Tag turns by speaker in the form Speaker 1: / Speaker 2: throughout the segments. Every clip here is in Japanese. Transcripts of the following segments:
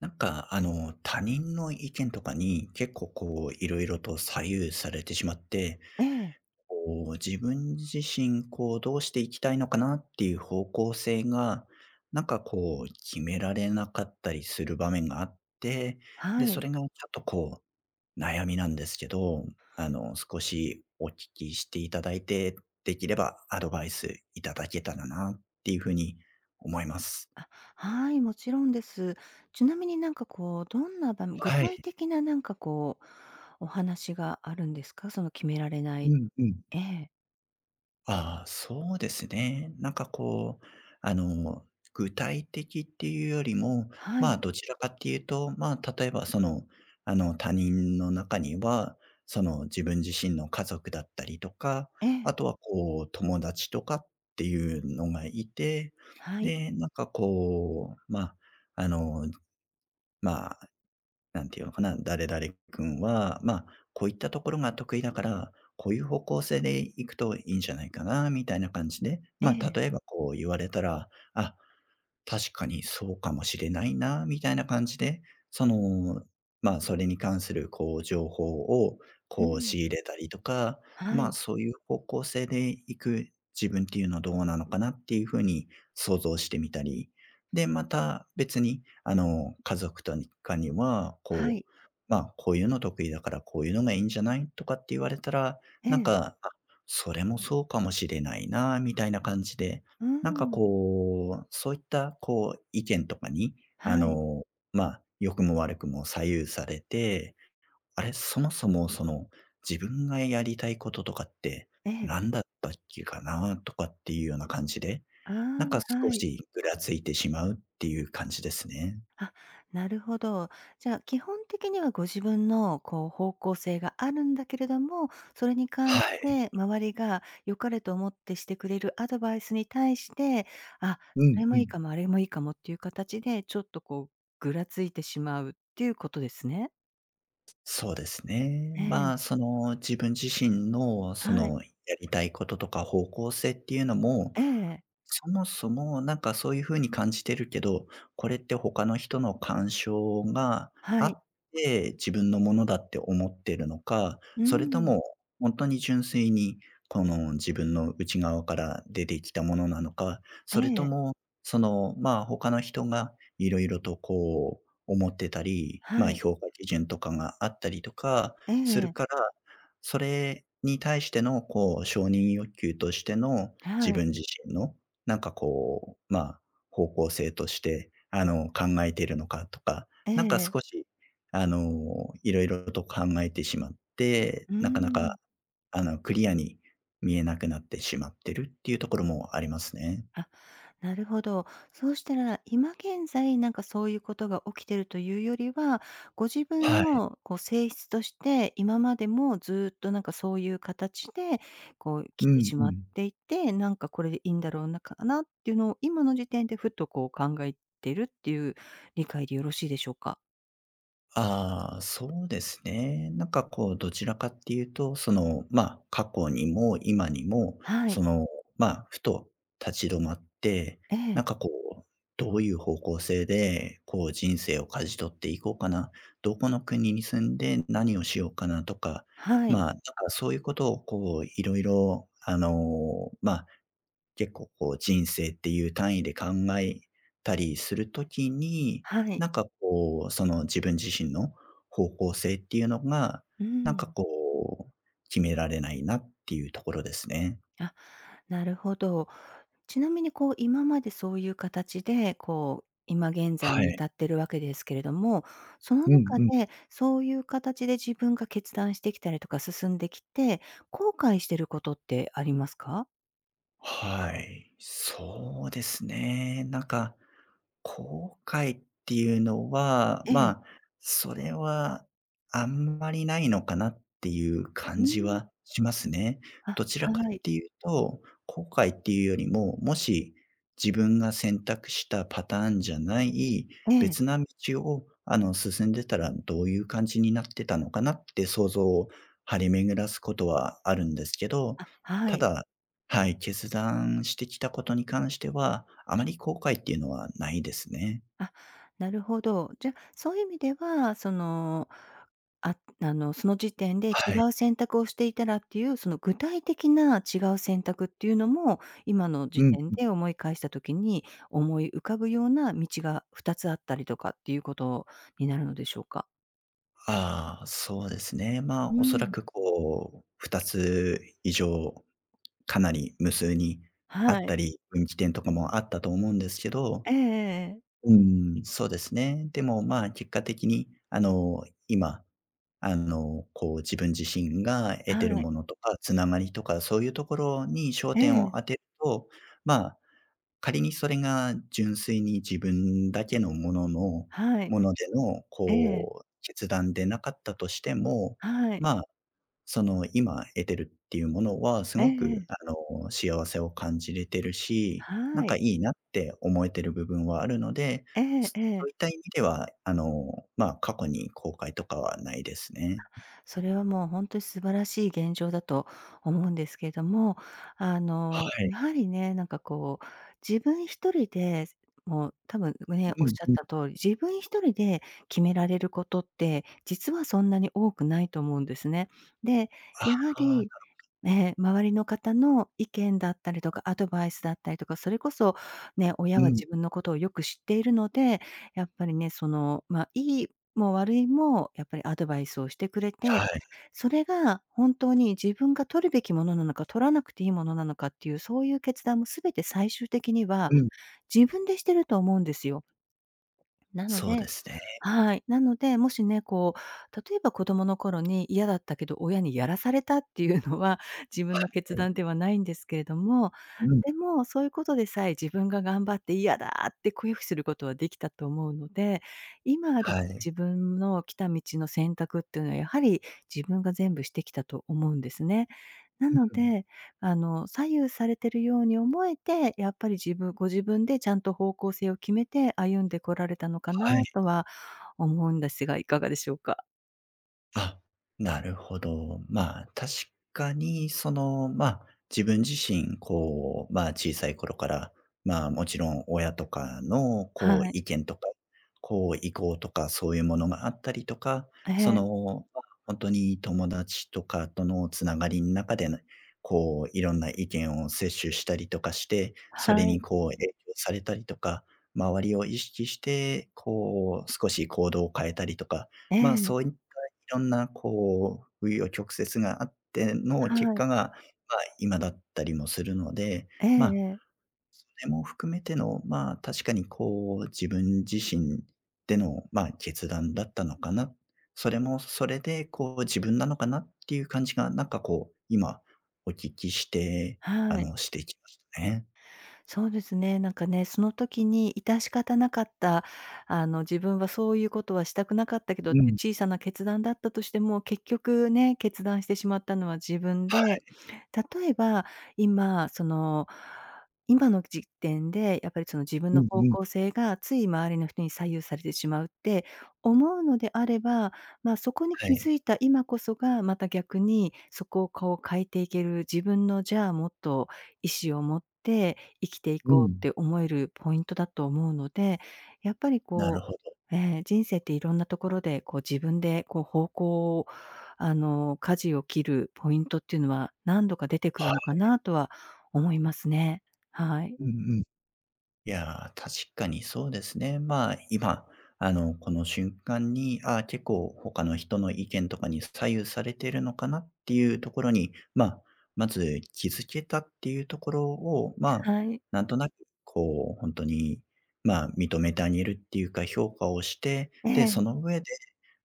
Speaker 1: なんか、他人の意見とかに結構こう、いろいろと左右されてしまって、
Speaker 2: ええ、
Speaker 1: こう、自分自身、こう、どうしていきたいのかなっていう方向性が、なんかこう、決められなかったりする場面があって、
Speaker 2: は
Speaker 1: で、そ
Speaker 2: い。
Speaker 1: れがちょっとこう、悩みなんですけど、少しお聞きしていただいて、できればアドバイスいただけたらなっていうふうに思います。
Speaker 2: あ、はい、もちろんです。ちなみになんかこう、どんな場面具
Speaker 1: は
Speaker 2: 体
Speaker 1: い。
Speaker 2: 的ななんかこう、お話があるんですか？その決められな
Speaker 1: う
Speaker 2: い
Speaker 1: んうん。
Speaker 2: ええ、
Speaker 1: ああ、そうですね。なんかこう、あの、具体的っていうよりも、
Speaker 2: は
Speaker 1: まあ、
Speaker 2: い、
Speaker 1: どちらかっていうと、まあ、例えばその、他人の中には、その自分自身の家族だったりとか、
Speaker 2: え
Speaker 1: あ
Speaker 2: え、
Speaker 1: とはこう、友達とかっていうのがいて、
Speaker 2: はい、
Speaker 1: で、なんかこう、まあ、あの、まなんていうのかな、誰々君は、まあ、こういったところが得意だから、こういう方向性で行くといいんじゃないかなみたいな感じで、
Speaker 2: え
Speaker 1: まあ、
Speaker 2: え、
Speaker 1: 例えばこう言われたら、あ確かにそうかもしれないな、みたいな感じで、その、まあ、それに関するこう情報を
Speaker 2: う
Speaker 1: こう仕
Speaker 2: ん、
Speaker 1: 入れたりとか、
Speaker 2: は
Speaker 1: まあ、
Speaker 2: い、
Speaker 1: そういう方向性で行く自分っていうのはどうなのかなっていうふうに想像してみたり、で、また別に、家族とかには、
Speaker 2: は
Speaker 1: こ
Speaker 2: い、
Speaker 1: う、まあ、こういうの得意だからこういうのがいいんじゃないとかって言われたら、
Speaker 2: え
Speaker 1: なん
Speaker 2: え、
Speaker 1: か、それもそうかもしれないなみたいな感じで、
Speaker 2: う
Speaker 1: なんか
Speaker 2: ん、
Speaker 1: こう、そういったこう、意見とかに、あ
Speaker 2: はい、
Speaker 1: の、まあ、良くも悪くも左右されて、あれ、そもそもその、自分がやりたいこととかって
Speaker 2: ええ、
Speaker 1: 何だったっけかなとかっていうような感じで、
Speaker 2: あ
Speaker 1: なんか
Speaker 2: あ、
Speaker 1: 少
Speaker 2: はい。
Speaker 1: しぐらついてしまうっていう感じですね。
Speaker 2: あ、なるほど。じゃあ、基本的にはご自分のこう方向性があるんだけれども、それに関し
Speaker 1: はい。
Speaker 2: て周りが良かれと思ってしてくれるアドバイスに対して、あ、
Speaker 1: う
Speaker 2: そ
Speaker 1: ん
Speaker 2: れ
Speaker 1: う
Speaker 2: もいいか
Speaker 1: ん。
Speaker 2: も、あれもいいかもっていう形で、ちょっとこうぐらついてしまうっていうことですね。
Speaker 1: そうですね。
Speaker 2: え
Speaker 1: ま
Speaker 2: え、
Speaker 1: あ、その自分自身のそ
Speaker 2: はい。
Speaker 1: のやりたいこととか方向性っていうのも、
Speaker 2: ええ、
Speaker 1: そもそも、なんかそういう風に感じてるけど、これって他の人の干渉が
Speaker 2: は
Speaker 1: あ
Speaker 2: い。
Speaker 1: って、自分のものだって思ってるのか、
Speaker 2: う
Speaker 1: それと
Speaker 2: ん。
Speaker 1: も本当に純粋に、この自分の内側から出てきたものなのか、
Speaker 2: え
Speaker 1: それと
Speaker 2: え、
Speaker 1: も、その、まあ、他の人がいろいろとこう思ってたり、ま
Speaker 2: は
Speaker 1: あ、
Speaker 2: い。
Speaker 1: 評価基準とかがあったりとか
Speaker 2: え
Speaker 1: する
Speaker 2: え、
Speaker 1: から、それに対してのこう承認欲求としての自
Speaker 2: はい。
Speaker 1: 分自身のなんかこう、まあ、方向性として、考えているのかとか、
Speaker 2: え
Speaker 1: なんか
Speaker 2: え、
Speaker 1: 少し、いろいろと考えてしまって、
Speaker 2: う
Speaker 1: なかな
Speaker 2: ん。
Speaker 1: か、クリアに見えなくなってしまってるっていうところもありますね。
Speaker 2: あ、なるほど。そうしたら、今現在、なんかそういうことが起きてるというよりは、ご自分
Speaker 1: はい。
Speaker 2: のこう性質として、今までもずっとなんかそういう形で、こう来
Speaker 1: う
Speaker 2: て
Speaker 1: ん
Speaker 2: し
Speaker 1: う
Speaker 2: まっ
Speaker 1: ん。
Speaker 2: ていて、なんかこれでいいんだろうなかなっていうのを、今の時点でふっとこう考えてるっていう理解でよろしいでしょうか？
Speaker 1: ああ、そうですね。なんかこう、どちらかっていうと、その、まあ、過去にも今にも、
Speaker 2: は
Speaker 1: そ
Speaker 2: い。
Speaker 1: の、まあ、ふと立ち止まって、
Speaker 2: え
Speaker 1: なん
Speaker 2: え。
Speaker 1: かこう、どういう方向性で、こう、人生を舵取っていこうかな、どこの国に住んで何をしようかなとか、
Speaker 2: は
Speaker 1: ま
Speaker 2: い。
Speaker 1: あ、なんかそういうことを、こう、いろいろ、まあ、結構こう人生っていう単位で考えたりするときに、
Speaker 2: はい。
Speaker 1: なんかこう、その自分自身の方向性っていうのが、
Speaker 2: う
Speaker 1: なんか
Speaker 2: ん。
Speaker 1: こう、決められないなっていうところですね。
Speaker 2: あ、なるほど。ちなみにこう、今までそういう形で、こう、今現在
Speaker 1: は
Speaker 2: に
Speaker 1: い。
Speaker 2: 至ってるわけですけれども、その
Speaker 1: うん
Speaker 2: 中
Speaker 1: うん
Speaker 2: で、そういう形で自分が決断してきたりとか進んできて、後悔してることってありますか？
Speaker 1: はい、そうですね。なんか、後悔っていうのは、
Speaker 2: え
Speaker 1: ま
Speaker 2: え。
Speaker 1: あ、それはあんまりないのかなっていう
Speaker 2: う
Speaker 1: 感じ
Speaker 2: ん。
Speaker 1: はしますね。
Speaker 2: あ、
Speaker 1: どちらか
Speaker 2: は
Speaker 1: っ
Speaker 2: い。
Speaker 1: ていうと、後悔っていうよりも、もし自分が選択したパターンじゃない
Speaker 2: え
Speaker 1: 別
Speaker 2: え。
Speaker 1: な道を、進んでたらどういう感じになってたのかなって想像を張り巡らすことはあるんですけど、
Speaker 2: あ、は
Speaker 1: た
Speaker 2: い。
Speaker 1: だはい、決断してきたことに関しては、あまり後悔っていうのはないですね。
Speaker 2: あ、なるほど。じゃあ、そういう意味では、その、ああの、その時点で違
Speaker 1: はい。
Speaker 2: う選択をしていたらっていう、その具体的な違う選択っていうのも、今の
Speaker 1: う
Speaker 2: 時
Speaker 1: ん。
Speaker 2: 点で思い返した時に、思い浮かぶような道が2つあったりとかっていうことになるのでしょうか？
Speaker 1: ああ、そうですね。まあ、
Speaker 2: う
Speaker 1: おそら
Speaker 2: ん、
Speaker 1: くこう、2つ以上、かなり無数にあ
Speaker 2: は
Speaker 1: った
Speaker 2: い。
Speaker 1: り、分岐点とかもあったと思うんですけど、
Speaker 2: ええええええ。
Speaker 1: うん、そうですね。でも、まあ、結果的に、今、こう、自分自身が得てる
Speaker 2: はい。
Speaker 1: ものとか、つながりとか、そういうところに焦
Speaker 2: え
Speaker 1: 点を
Speaker 2: え、
Speaker 1: 当てると、まあ仮にそれが純粋に自分だけのものの
Speaker 2: はい。
Speaker 1: ものでの、
Speaker 2: ええ、
Speaker 1: こう、決断でなかったとしても、
Speaker 2: はい。
Speaker 1: まあ、その、今得てるっていうものはす
Speaker 2: え
Speaker 1: ごく、
Speaker 2: え、
Speaker 1: 幸せを感じれてるし、なん
Speaker 2: は
Speaker 1: かい
Speaker 2: い。
Speaker 1: いなって思えてる部分はあるので、
Speaker 2: ええ
Speaker 1: そ
Speaker 2: え
Speaker 1: そういっ
Speaker 2: え。
Speaker 1: た意味では、まあ、過去に後悔とかはないですね。
Speaker 2: それはもう本当に素晴らしい現状だと思うんですけれども、あ
Speaker 1: は
Speaker 2: の、
Speaker 1: い。
Speaker 2: やはりね、なんかこう、自分一人で、もう多分ね、
Speaker 1: う
Speaker 2: おっし
Speaker 1: ん
Speaker 2: ゃっ
Speaker 1: うん。
Speaker 2: た通り、自分一人で決められることって、実はそんなに多くないと思うんですね。で、やは
Speaker 1: あ
Speaker 2: り、
Speaker 1: あ、
Speaker 2: ね、周りの方の意見だったりとか、アドバイスだったりとか、それこそね、親
Speaker 1: う
Speaker 2: は
Speaker 1: ん。
Speaker 2: 自分のことをよく知っているので、やっぱりね、その、まあ、いいも悪いも、やっぱりアドバイスをしてくれて、
Speaker 1: はい。
Speaker 2: それが本当に自分が取るべきものなのか、取らなくていいものなのかっていう、そういう決断も全て最終的に
Speaker 1: う
Speaker 2: は
Speaker 1: ん。
Speaker 2: 自分でしてると思うんですよ。なの
Speaker 1: そうで
Speaker 2: で
Speaker 1: すね。
Speaker 2: はい。なので、もしね、こう、例えば子供の頃に嫌だったけど、親にやらされたっていうのは、自分の決断ではないんですけれども、
Speaker 1: うん。
Speaker 2: でも、そういうことでさえ自分が頑張って「嫌だ」って拒否することはできたと思うので、今ある
Speaker 1: はい。
Speaker 2: 自分の来た道の選択っていうのは、やはり自分が全部してきたと思うんですね。な
Speaker 1: う
Speaker 2: の
Speaker 1: ん。
Speaker 2: であの、左右されてるように思えて、やっぱり自分ご自分でちゃんと方向性を決めて歩んでこられたのか
Speaker 1: はい。
Speaker 2: なとは思うんですが、いかがでしょうか？
Speaker 1: あ、なるほど。まあ、確かに、その、まあ、自分自身、こう、まあ、小さい頃から、まあ、もちろん親とかの、
Speaker 2: は
Speaker 1: こう、
Speaker 2: い。
Speaker 1: 意見とか、こう、意向とか、そういうものがあったりとか、
Speaker 2: え
Speaker 1: そ
Speaker 2: え。
Speaker 1: の、まあ、に友達とかとのつながりの中でねこう、いろんな意見を摂取したりとかして、そ
Speaker 2: は
Speaker 1: れに、
Speaker 2: い。
Speaker 1: こう、影響されたりとか、周りを意識して、こう、少し行動を変えたりとか、
Speaker 2: え
Speaker 1: まあ、
Speaker 2: え。
Speaker 1: いろんなこう、紆余曲折があっての結
Speaker 2: は
Speaker 1: 果
Speaker 2: い。
Speaker 1: が、まあ、今だったりもするので、
Speaker 2: ええ
Speaker 1: まあ、
Speaker 2: ええ。
Speaker 1: それも含めての、まあ、確かにこう、自分自身での、まあ、決断だったのかな。それもそれでこう、自分なのかなっていう感じが、なんかこう、今お聞きして、
Speaker 2: はい。
Speaker 1: してきましたね。
Speaker 2: そうですね。なんかね、その時に致し方なかった、あの、自分はそういうことはしたくなかったけどっ
Speaker 1: う
Speaker 2: て
Speaker 1: ん。
Speaker 2: 小さな決断だったとしても、結局ね、決断してしまったのは自分で、
Speaker 1: はい。
Speaker 2: 例えば今、その、今の時点でやっぱりその自分
Speaker 1: う
Speaker 2: の
Speaker 1: ん
Speaker 2: 方
Speaker 1: うん。
Speaker 2: 向性がつい周りの人に左右されてしまうって思うのであれば、まあ、そこに
Speaker 1: は
Speaker 2: 気づ
Speaker 1: い。
Speaker 2: いた今こそがまた逆にそこをこう変えていける自分のじゃあもっと意思を持って生きてい
Speaker 1: う
Speaker 2: こうっ
Speaker 1: ん。
Speaker 2: て思えるポイントだと思うので、やっぱり
Speaker 1: なる
Speaker 2: こ
Speaker 1: ほど。
Speaker 2: う、人生っていろんなところでこう自分でこう方向を、あの、舵を切るポイントっていうのは何度か出てく
Speaker 1: は
Speaker 2: るのか
Speaker 1: い。
Speaker 2: なとは思いますね。はい。
Speaker 1: うんうん。いやー、確かにそうですね。まあ、今、この瞬間に、結構他の人の意見とかに左右されているのかなっていうところに、まあ、まず気づけたっていうところを、まあ、
Speaker 2: はい。
Speaker 1: なんとなく、こう、本当に、まあ、認めてあげるっていうか評価をして、
Speaker 2: え
Speaker 1: で、そ
Speaker 2: え、
Speaker 1: の上で、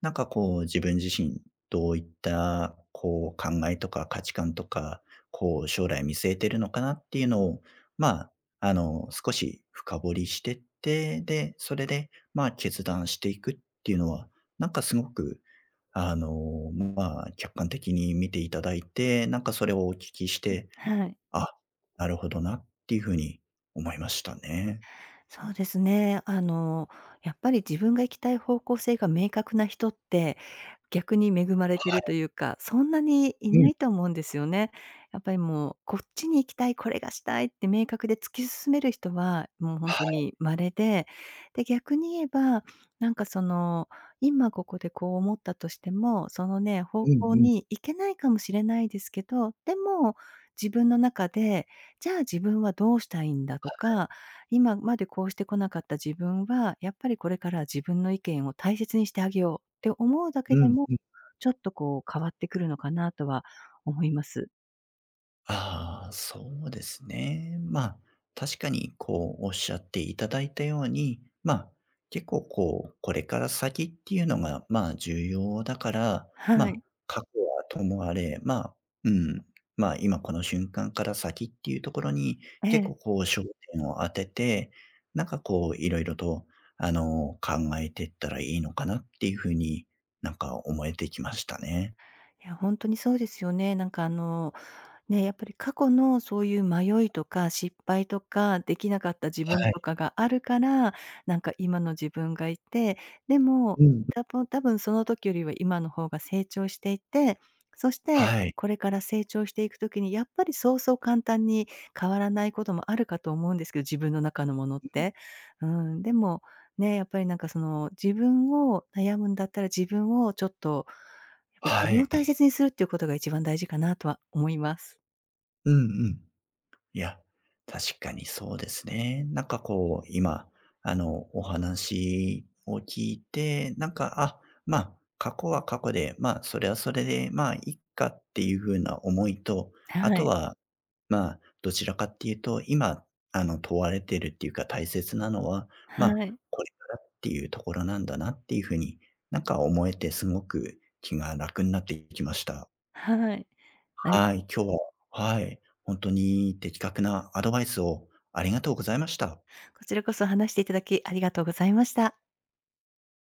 Speaker 1: なんかこう、自分自身どういった、こう、考えとか価値観とか、こう、将来見据えてるのかなっていうのを、まあ、少し深掘りしてって、で、それで、まあ、決断していくっていうのは、なんかすごく、まあ、客観的に見ていただいて、なんかそれをお聞きして、
Speaker 2: はい。
Speaker 1: あ、なるほどなっていうふうに思いましたね。
Speaker 2: そうですね。あの、やっぱり自分が行きたい方向性が明確な人って、逆に恵まれてる
Speaker 1: は
Speaker 2: というか、そんなにい
Speaker 1: い。う
Speaker 2: な
Speaker 1: ん。
Speaker 2: いと思うんですよね。やっぱりもう、こっちに行きたい、これがしたいって明確で突き進める人は、もう
Speaker 1: は
Speaker 2: 本当
Speaker 1: い。
Speaker 2: に稀で、で、逆に言えば、なんかその、今ここでこう思ったとしても、そのね、方
Speaker 1: うんう
Speaker 2: 向
Speaker 1: ん。
Speaker 2: に行けないかもしれないですけど、でも、自分の中で、じゃあ自分はどうしたいんだとか、今までこうしてこなかった自分は、やっぱりこれからは自分の意見を大切にしてあげようって思うだ
Speaker 1: う
Speaker 2: けで
Speaker 1: ん
Speaker 2: も、ちょっとこう変わってくるのかなとは思います。
Speaker 1: ああ、そうですね。まあ、確かにこうおっしゃっていただいたように、まあ、結構こう、これから先っていうのが、まあ、重要だから、ま
Speaker 2: は
Speaker 1: あ、
Speaker 2: い。
Speaker 1: 過去はともあれ、まあ、うん、まあ、今この瞬間から先っていうところに、
Speaker 2: え
Speaker 1: 結
Speaker 2: え。
Speaker 1: 構こう、焦点を当てて、なんかこう、いろいろと、考えていったらいいのかなっていうふうになんか思えてきましたね。
Speaker 2: いや、ほんとにそうですよね。なんかあのね、やっぱり過去のそういう迷いとか失敗とか、できなかった自分
Speaker 1: はい。
Speaker 2: とかがあるから、なんか今の自分がいて、でも、
Speaker 1: うん。
Speaker 2: たぶん多分その時よりは今の方が成長していて、そして
Speaker 1: はい、
Speaker 2: これから成長していく時にやっぱりそうそう簡単に変わらないこともあるかと思うんですけど、自分の中のものって。うん、でも、ね、やっぱりなんかその自分を悩むんだったら自分をちょっと、やっぱり
Speaker 1: は
Speaker 2: 自分を大
Speaker 1: い。
Speaker 2: 切にするっていうことが一番大事かなとは思います。
Speaker 1: うんうん。いや、確かにそうですね。なんかこう、今、お話を聞いて、なんか、あ、まあ、過去は過去で、まあ、それはそれで、まあ、いっかっていう風な思いと、あ
Speaker 2: は
Speaker 1: と
Speaker 2: い、
Speaker 1: は、まあ、どちらかっていうと、今、問われてるっていうか、大切なのは、まあ、
Speaker 2: はい、
Speaker 1: これからっていうところなんだなっていう風に、なんか思えて、すごく気が楽になってきました。
Speaker 2: はい。あれ、
Speaker 1: はい、今日ははい、ほんとに的確なアドバイスをありがとうございました。
Speaker 2: こちらこそ話していただきありがとうございました。